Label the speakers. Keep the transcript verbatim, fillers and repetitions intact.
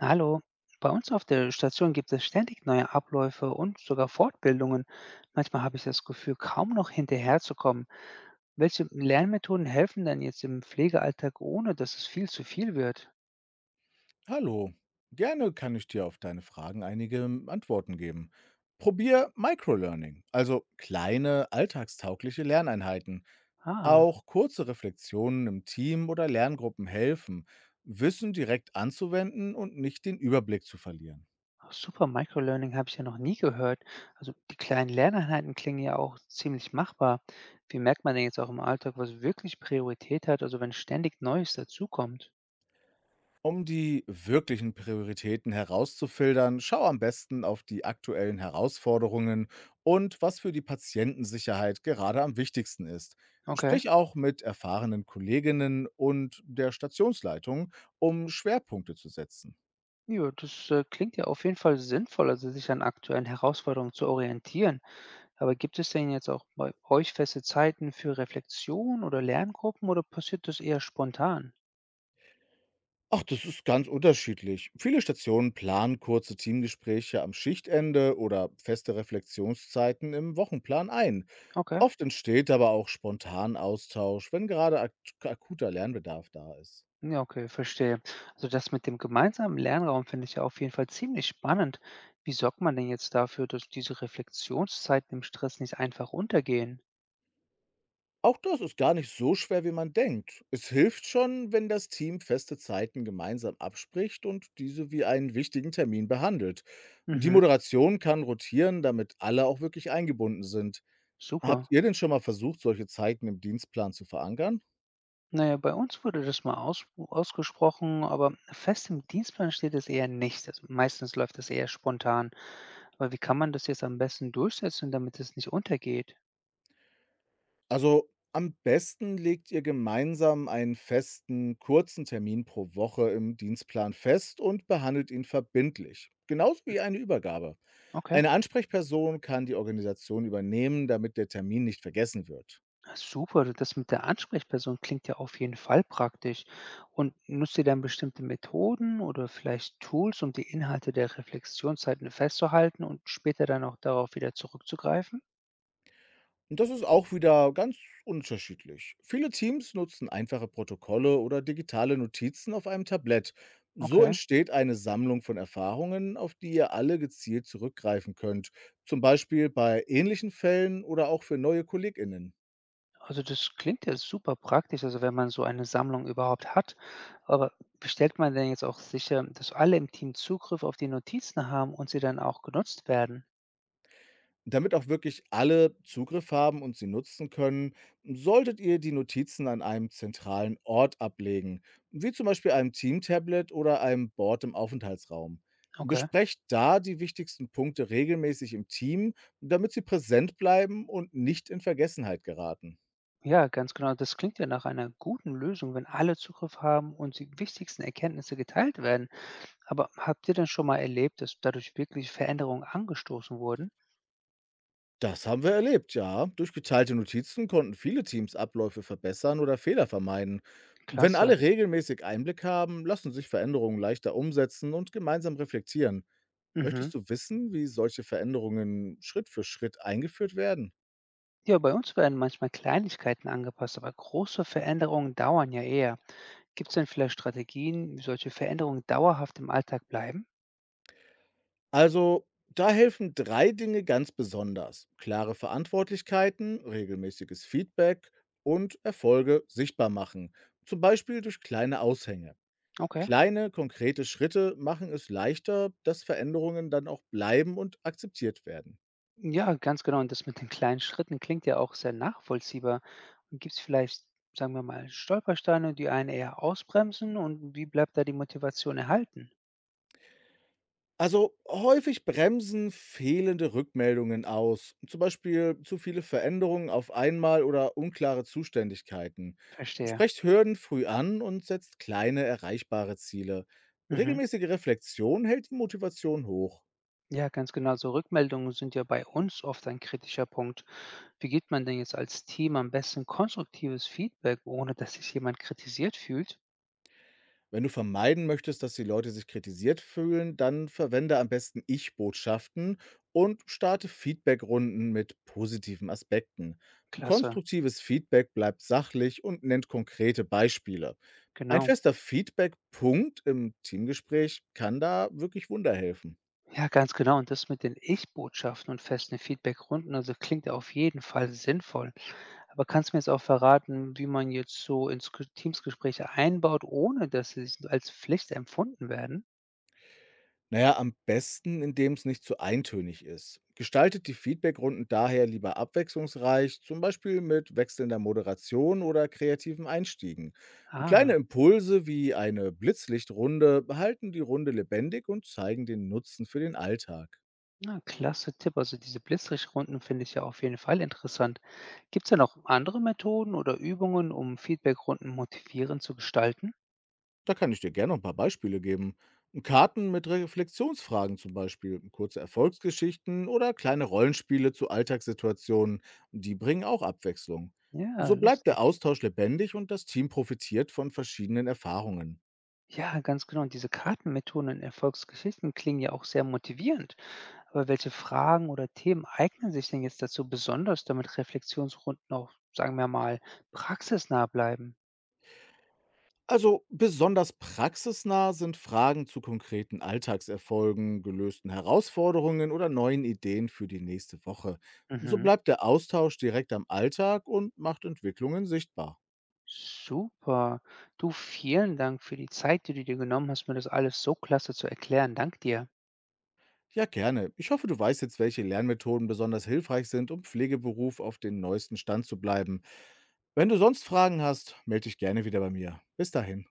Speaker 1: Hallo, bei uns auf der Station gibt es ständig neue Abläufe und sogar Fortbildungen. Manchmal habe ich das Gefühl, kaum noch hinterherzukommen. Welche Lernmethoden helfen denn jetzt im Pflegealltag, ohne dass es viel zu viel wird?
Speaker 2: Hallo, gerne kann ich dir auf deine Fragen einige ähm, Antworten geben. Probier Microlearning, also kleine, alltagstaugliche Lerneinheiten.
Speaker 1: Ah,
Speaker 2: Auch kurze Reflexionen im Team oder Lerngruppen helfen, Wissen direkt anzuwenden und nicht den Überblick zu verlieren.
Speaker 1: super Microlearning habe ich ja noch nie gehört. Also die kleinen Lerneinheiten klingen ja auch ziemlich machbar. Wie merkt man denn jetzt auch im Alltag, was wirklich Priorität hat, also wenn ständig Neues dazukommt?
Speaker 2: Um die wirklichen Prioritäten herauszufiltern, schau am besten auf die aktuellen Herausforderungen und was für die Patientensicherheit gerade am wichtigsten ist.
Speaker 1: Okay.
Speaker 2: Sprich auch mit erfahrenen Kolleginnen und der Stationsleitung, um Schwerpunkte zu setzen.
Speaker 1: Ja, das äh, klingt ja auf jeden Fall sinnvoll, also sich an aktuellen Herausforderungen zu orientieren. Aber gibt es denn jetzt auch bei euch feste Zeiten für Reflexion oder Lerngruppen oder passiert das eher spontan?
Speaker 2: Ach, das ist ganz unterschiedlich. Viele Stationen planen kurze Teamgespräche am Schichtende oder feste Reflexionszeiten im Wochenplan ein.
Speaker 1: Okay.
Speaker 2: Oft entsteht aber auch spontan Austausch, wenn gerade ak akuter Lernbedarf da ist.
Speaker 1: Ja, okay, verstehe. Also das mit dem gemeinsamen Lernraum finde ich ja auf jeden Fall ziemlich spannend. Wie sorgt man denn jetzt dafür, dass diese Reflexionszeiten im Stress nicht einfach untergehen?
Speaker 2: Auch das ist gar nicht so schwer, wie man denkt. Es hilft schon, wenn das Team feste Zeiten gemeinsam abspricht und diese wie einen wichtigen Termin behandelt. Die
Speaker 1: Mhm,
Speaker 2: Moderation kann rotieren, damit alle auch wirklich eingebunden sind. Habt
Speaker 1: super.
Speaker 2: ihr denn schon mal versucht, solche Zeiten im Dienstplan zu verankern?
Speaker 1: Naja, bei uns wurde das mal aus, ausgesprochen, aber fest im Dienstplan steht es eher nicht. Also meistens läuft das eher spontan. Aber wie kann man das jetzt am besten durchsetzen, damit es nicht untergeht?
Speaker 2: Also am besten legt ihr gemeinsam einen festen, kurzen Termin pro Woche im Dienstplan fest und behandelt ihn verbindlich, genauso wie eine Übergabe.
Speaker 1: Okay.
Speaker 2: Eine Ansprechperson kann die Organisation übernehmen, damit der Termin nicht vergessen wird.
Speaker 1: Super, das mit der Ansprechperson klingt ja auf jeden Fall praktisch. Und nutzt ihr dann bestimmte Methoden oder vielleicht Tools, um die Inhalte der Reflexionszeiten festzuhalten und später dann auch darauf wieder zurückzugreifen?
Speaker 2: Und das ist auch wieder ganz unterschiedlich. Viele Teams nutzen einfache Protokolle oder digitale Notizen auf einem Tablett. So
Speaker 1: Okay,
Speaker 2: entsteht eine Sammlung von Erfahrungen, auf die ihr alle gezielt zurückgreifen könnt, zum Beispiel bei ähnlichen Fällen oder auch für neue Kolleginnen.
Speaker 1: also das klingt ja super praktisch, also wenn man so eine Sammlung überhaupt hat. Aber wie stellt man denn jetzt auch sicher, dass alle im Team Zugriff auf die Notizen haben und sie dann auch genutzt werden?
Speaker 2: Damit auch wirklich alle Zugriff haben und sie nutzen können, solltet ihr die Notizen an einem zentralen Ort ablegen, wie zum Beispiel einem Team-Tablet oder einem Board im Aufenthaltsraum.
Speaker 1: Okay.
Speaker 2: Besprecht da die wichtigsten Punkte regelmäßig im Team, damit sie präsent bleiben und nicht in Vergessenheit geraten.
Speaker 1: Ja, ganz genau. Das klingt ja nach einer guten Lösung, wenn alle Zugriff haben und die wichtigsten Erkenntnisse geteilt werden. Aber habt ihr denn schon mal erlebt, dass dadurch wirklich Veränderungen angestoßen wurden?
Speaker 2: Das haben wir erlebt, ja. Durch geteilte Notizen konnten viele Teams Abläufe verbessern oder Fehler vermeiden. Wenn
Speaker 1: Klasse.
Speaker 2: alle regelmäßig Einblick haben, lassen sich Veränderungen leichter umsetzen und gemeinsam reflektieren.
Speaker 1: Mhm.
Speaker 2: Möchtest du wissen, wie solche Veränderungen Schritt für Schritt eingeführt werden?
Speaker 1: Ja, bei uns werden manchmal Kleinigkeiten angepasst, aber große Veränderungen dauern ja eher. Gibt es denn vielleicht Strategien, wie solche Veränderungen dauerhaft im Alltag bleiben?
Speaker 2: Also, da helfen drei Dinge ganz besonders: klare Verantwortlichkeiten, regelmäßiges Feedback und Erfolge sichtbar machen, zum Beispiel durch kleine Aushänge.
Speaker 1: Okay.
Speaker 2: Kleine, konkrete Schritte machen es leichter, dass Veränderungen dann auch bleiben und akzeptiert werden.
Speaker 1: Ja, ganz genau. Und das mit den kleinen Schritten klingt ja auch sehr nachvollziehbar. Und gibt es vielleicht, sagen wir mal, Stolpersteine, die einen eher ausbremsen? Und wie bleibt da die Motivation erhalten?
Speaker 2: Also häufig bremsen fehlende Rückmeldungen aus, zum Beispiel zu viele Veränderungen auf einmal oder unklare Zuständigkeiten.
Speaker 1: Verstehe.
Speaker 2: Sprecht Hürden früh an und setzt kleine erreichbare Ziele.
Speaker 1: Mhm.
Speaker 2: Regelmäßige Reflexion hält die Motivation hoch.
Speaker 1: Ja, ganz genau. So Rückmeldungen sind ja bei uns oft ein kritischer Punkt. Wie gibt man denn jetzt als Team am besten konstruktives Feedback, ohne dass sich jemand kritisiert fühlt?
Speaker 2: Wenn du vermeiden möchtest, dass die Leute sich kritisiert fühlen, dann verwende am besten Ich-Botschaften und starte Feedbackrunden mit positiven Aspekten.
Speaker 1: Klasse.
Speaker 2: Konstruktives Feedback bleibt sachlich und nennt konkrete Beispiele. Ein
Speaker 1: Genau.
Speaker 2: fester Feedback-Punkt im Teamgespräch kann da wirklich Wunder helfen.
Speaker 1: Ja, ganz genau. Und das mit den Ich-Botschaften und festen Feedbackrunden, also klingt ja auf jeden Fall sinnvoll. Aber kannst du mir jetzt auch verraten, wie man jetzt so ins Ge Teamsgespräch einbaut, ohne dass sie s als Pflicht empfunden werden?
Speaker 2: Naja, am besten, indem es nicht zu eintönig ist. Gestaltet die Feedbackrunden daher lieber abwechslungsreich, zum Beispiel mit wechselnder Moderation oder kreativen Einstiegen. Kleine
Speaker 1: Ah,
Speaker 2: Impulse wie eine Blitzlichtrunde halten die Runde lebendig und zeigen den Nutzen für den Alltag.
Speaker 1: na, klasse Tipp. Also, diese Blitzlichtrunden finde ich ja auf jeden Fall interessant. Gibt es da noch andere Methoden oder Übungen, um Feedbackrunden motivierend zu gestalten?
Speaker 2: Da kann ich dir gerne noch 'n paar Beispiele geben. Karten mit Reflexionsfragen zum Beispiel, kurze Erfolgsgeschichten oder kleine Rollenspiele zu Alltagssituationen, die bringen auch Abwechslung.
Speaker 1: Ja,
Speaker 2: So bleibt der
Speaker 1: lustig.
Speaker 2: Austausch lebendig und das Team profitiert von verschiedenen Erfahrungen.
Speaker 1: Ja, ganz genau. Und diese Kartenmethoden in Erfolgsgeschichten klingen ja auch sehr motivierend. Aber welche Fragen oder Themen eignen sich denn jetzt dazu besonders, damit Reflexionsrunden auch, sagen wir mal, praxisnah bleiben?
Speaker 2: Also besonders praxisnah sind Fragen zu konkreten Alltagserfolgen, gelösten Herausforderungen oder neuen Ideen für die nächste Woche. So
Speaker 1: Mhm.
Speaker 2: bleibt der Austausch direkt am Alltag und macht Entwicklungen sichtbar.
Speaker 1: Super. Du, vielen Dank für die Zeit, die du dir genommen hast, mir das alles so klasse zu erklären. Dank dir.
Speaker 2: Ja, gerne. Ich hoffe, du weißt jetzt, welche Lernmethoden besonders hilfreich sind, um Pflegeberuf auf den neuesten Stand zu bleiben. Wenn du sonst Fragen hast, melde dich gerne wieder bei mir. Bis dahin.